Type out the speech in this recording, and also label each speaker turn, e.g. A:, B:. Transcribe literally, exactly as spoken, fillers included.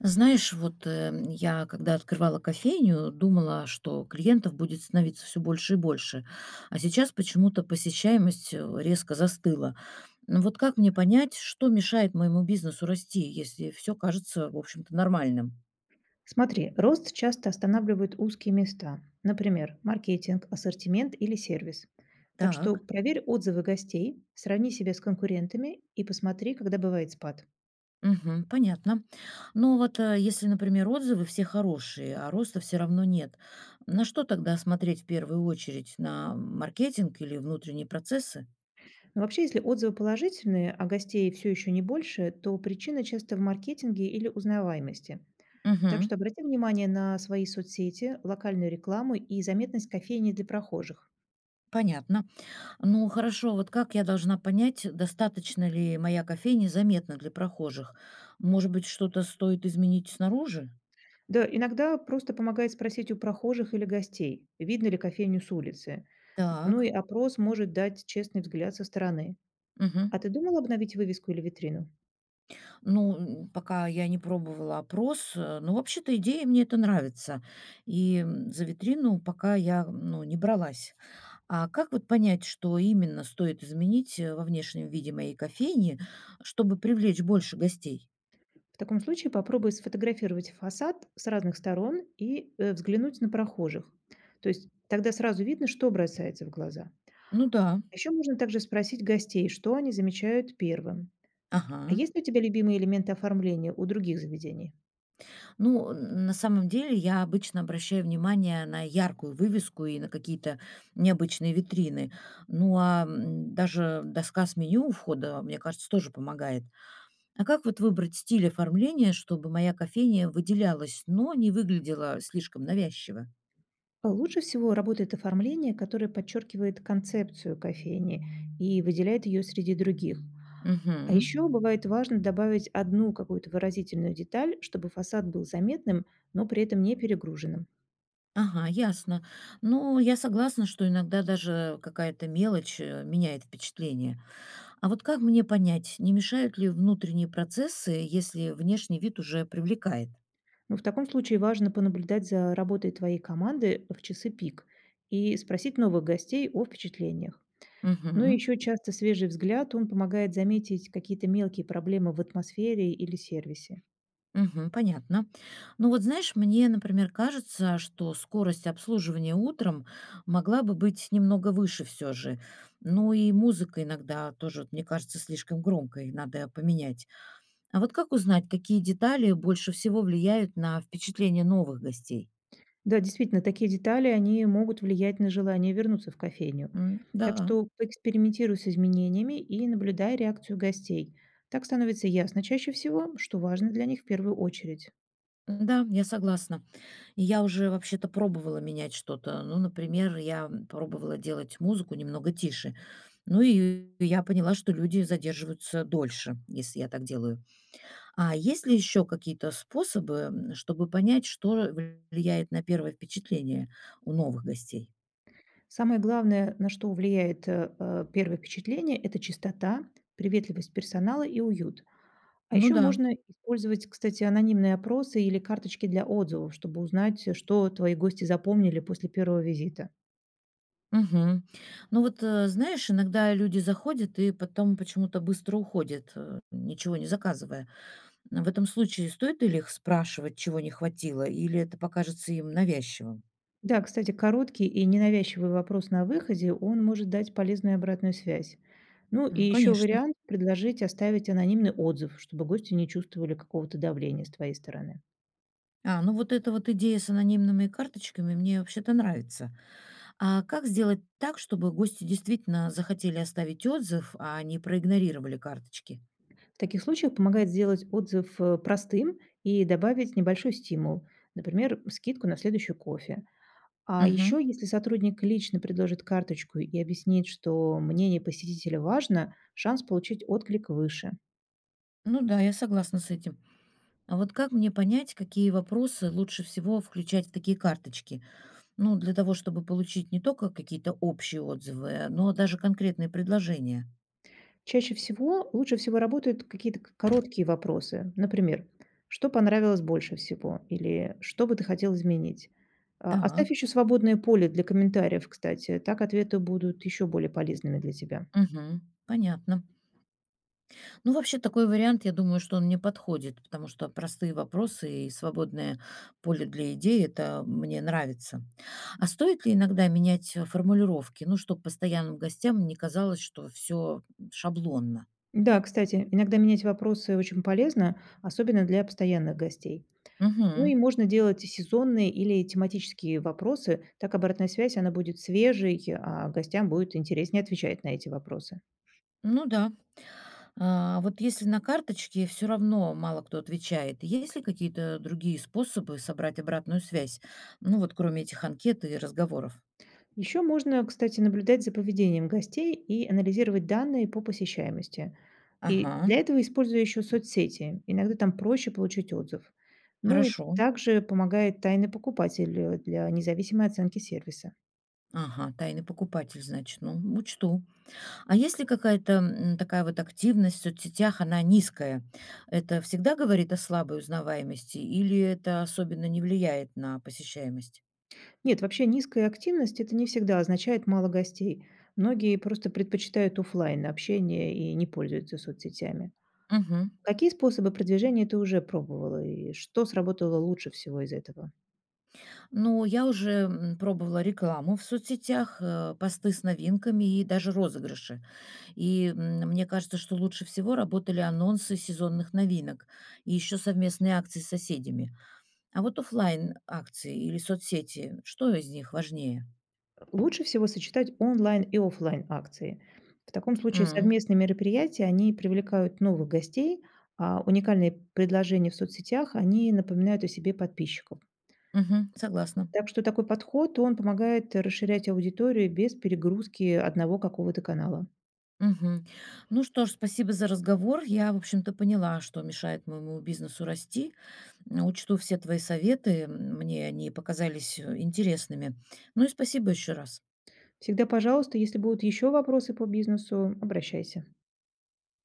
A: Знаешь, вот э, я, когда открывала кофейню, думала, что клиентов будет становиться все больше и больше. А сейчас почему-то посещаемость э, резко застыла. Ну вот как мне понять, что мешает моему бизнесу расти, если все кажется, в общем-то, нормальным?
B: Смотри, рост часто останавливают узкие места, например, маркетинг, ассортимент или сервис. Так что
A: Так.
B: проверь отзывы гостей, сравни себя с конкурентами и посмотри, когда бывает спад.
A: Мгм, понятно. Но вот э, если, например, отзывы все хорошие, а роста все равно нет, на что тогда смотреть в первую очередь? На маркетинг или внутренние процессы?
B: Но вообще, если отзывы положительные, а гостей все еще не больше, то причина часто в маркетинге или узнаваемости. Так
A: Мгм,
B: что обрати внимание на свои соцсети, локальную рекламу и заметность кофейни для прохожих.
A: понятно. Ну, хорошо, вот как я должна понять, достаточно ли моя кофейня заметна для прохожих? Может быть, что-то стоит изменить снаружи?
B: Да, иногда просто помогает спросить у прохожих или гостей, видно ли кофейню с улицы. Ну и
A: Так.
B: опрос может дать честный взгляд со стороны.
A: Мгм.
B: А ты думал обновить вывеску или витрину?
A: Ну, м, пока я не пробовала опрос, э, но вообще-то идея мне это нравится. И м, за витрину пока я, ну, не бралась. А как вот понять, что именно стоит изменить э, во внешнем виде моей кофейни, чтобы привлечь больше гостей?
B: В таком случае попробуй сфотографировать фасад с разных сторон и э, взглянуть на прохожих. То есть тогда сразу видно, что бросается в глаза.
A: Ну да.
B: Еще можно также спросить гостей, что они замечают первым. А
A: Ага.
B: есть ли у тебя любимые элементы оформления у других заведений?
A: Ну, на самом деле я обычно обращаю внимание на яркую вывеску и на какие-то необычные витрины. Ну, а м, даже доска с меню у входа, мне кажется, тоже помогает. А как вот выбрать стиль оформления, чтобы моя кофейня выделялась, но не выглядела слишком навязчиво?
B: Лучше всего работает оформление, которое подчеркивает концепцию кофейни и выделяет ее среди других. А
A: Угу.
B: еще бывает важно добавить одну какую-то выразительную деталь, чтобы фасад был заметным, но при этом не перегруженным.
A: Ага, ясно. Ну, я согласна, что иногда даже какая-то мелочь э, меняет впечатление. А вот как мне понять, не мешают ли внутренние процессы, если внешний вид уже привлекает?
B: Но в таком случае важно понаблюдать за работой твоей команды в часы пик и спросить новых гостей о впечатлениях. Ну и
A: Угу,
B: еще часто свежий взгляд, он помогает заметить какие-то мелкие проблемы в атмосфере или сервисе.
A: угу, понятно. Ну вот знаешь, мне, например, кажется, что скорость обслуживания утром могла бы быть немного выше все же. Ну и музыка иногда тоже, вот мне кажется, слишком громкой, надо поменять. А вот как узнать, какие детали больше всего влияют на впечатление новых гостей?
B: Да, действительно, такие детали, они могут влиять на желание вернуться в кофейню.
A: М,
B: Так
A: Да,
B: что поэкспериментируй с изменениями и наблюдай реакцию гостей. Так становится ясно чаще всего, что важно для них в первую очередь.
A: да, я согласна. И я уже вообще-то пробовала менять что-то. Ну, например, я пробовала делать музыку немного тише. Ну и я поняла, что люди задерживаются дольше, если я так делаю. А есть ли еще какие-то способы, м, чтобы понять, что влияет на первое впечатление у новых гостей?
B: Самое главное, на что влияет э, э, первое впечатление, это чистота, приветливость персонала и уют. А
A: Ну
B: еще
A: да.
B: можно использовать, кстати, анонимные опросы или карточки для отзывов, чтобы узнать, что твои гости запомнили после первого визита.
A: Мгм. Ну вот, э, знаешь, иногда люди заходят и потом почему-то быстро уходят, э, ничего не заказывая. В этом случае стоит ли их спрашивать, чего не хватило, или это покажется им навязчивым?
B: Да, кстати, короткий и ненавязчивый вопрос на выходе, он может дать полезную обратную связь. Ну и
A: Ну,
B: еще
A: конечно.
B: вариант– предложить оставить анонимный отзыв, чтобы гости не чувствовали какого-то давления с твоей стороны.
A: А, ну вот эта вот идея с анонимными карточками мне вообще-то нравится. А как сделать так, чтобы гости действительно захотели оставить отзыв, а не проигнорировали карточки?
B: В таких случаях помогает сделать отзыв э, простым и добавить небольшой стимул, например, скидку на следующий кофе. А
A: Мгм.
B: еще, если сотрудник лично предложит карточку и объяснит, что мнение посетителя важно, шанс получить отклик выше.
A: Ну да, я согласна с этим. А вот как мне понять, какие вопросы лучше всего включать в такие карточки? Ну, для того, чтобы получить не только какие-то общие отзывы, но даже конкретные предложения.
B: Чаще всего, лучше всего работают какие-то к короткие вопросы. Например: "Что понравилось больше всего?" Или "Что бы ты хотел изменить?" А,
A: Так.
B: оставь еще свободное поле для комментариев, кстати. Так ответы будут еще более полезными для тебя.
A: Мгм. Понятно. Ну, вообще такой вариант, я думаю, что он мне подходит, потому что простые вопросы и свободное поле для идей - это мне нравится. А стоит ли иногда менять э, формулировки, ну, чтобы постоянным гостям не казалось, что все шаблонно?
B: Да, кстати, иногда менять вопросы очень полезно, особенно для постоянных гостей. Ну и
A: Мгм.
B: можно делать и сезонные или тематические вопросы. Так обратная связь, она будет свежей, а гостям будет интереснее отвечать на эти вопросы.
A: Ну да. А вот если на карточке все равно мало кто отвечает, есть ли какие-то другие способы собрать обратную связь? Ну вот кроме этих анкет и разговоров.
B: Еще можно, кстати, наблюдать за поведением гостей и анализировать данные по посещаемости. И
A: Ага,
B: для этого использую еще соцсети. Иногда там проще получить отзыв. Ну и
A: хорошо.
B: также помогает тайный покупатель э, для независимой оценки сервиса.
A: Ага, тайный покупатель, значит, ну, учту. А если какая-то м, такая вот активность в соцсетях, она низкая? Это всегда говорит о слабой узнаваемости или это особенно не влияет на посещаемость?
B: Нет, вообще низкая активность это не всегда означает мало гостей. Многие просто предпочитают оффлайн общение и не пользуются соцсетями.
A: Мгм.
B: Какие способы продвижения ты уже пробовала и что сработало лучше всего из этого?
A: Ну, я уже м, пробовала рекламу в соцсетях, э, посты с новинками и даже розыгрыши. И м, мне кажется, что лучше всего работали анонсы сезонных новинок и еще совместные акции с соседями. А вот оффлайн акции или соцсети, что из них важнее?
B: Лучше всего сочетать онлайн и оффлайн акции. В таком случае
A: М,
B: совместные мероприятия, они привлекают новых гостей, а уникальные предложения в соцсетях, они напоминают о себе подписчиков.
A: мгм, согласна.
B: Так что такой подход, он помогает расширять аудиторию без перегрузки одного какого-то канала.
A: Мгм. Ну что ж, спасибо за разговор. Я, в общем-то, поняла, что мешает моему бизнесу расти. М, Учту все твои советы. М, Мне они показались э, интересными. Ну и спасибо еще раз.
B: Всегда, пожалуйста, если будут еще вопросы по бизнесу, обращайся.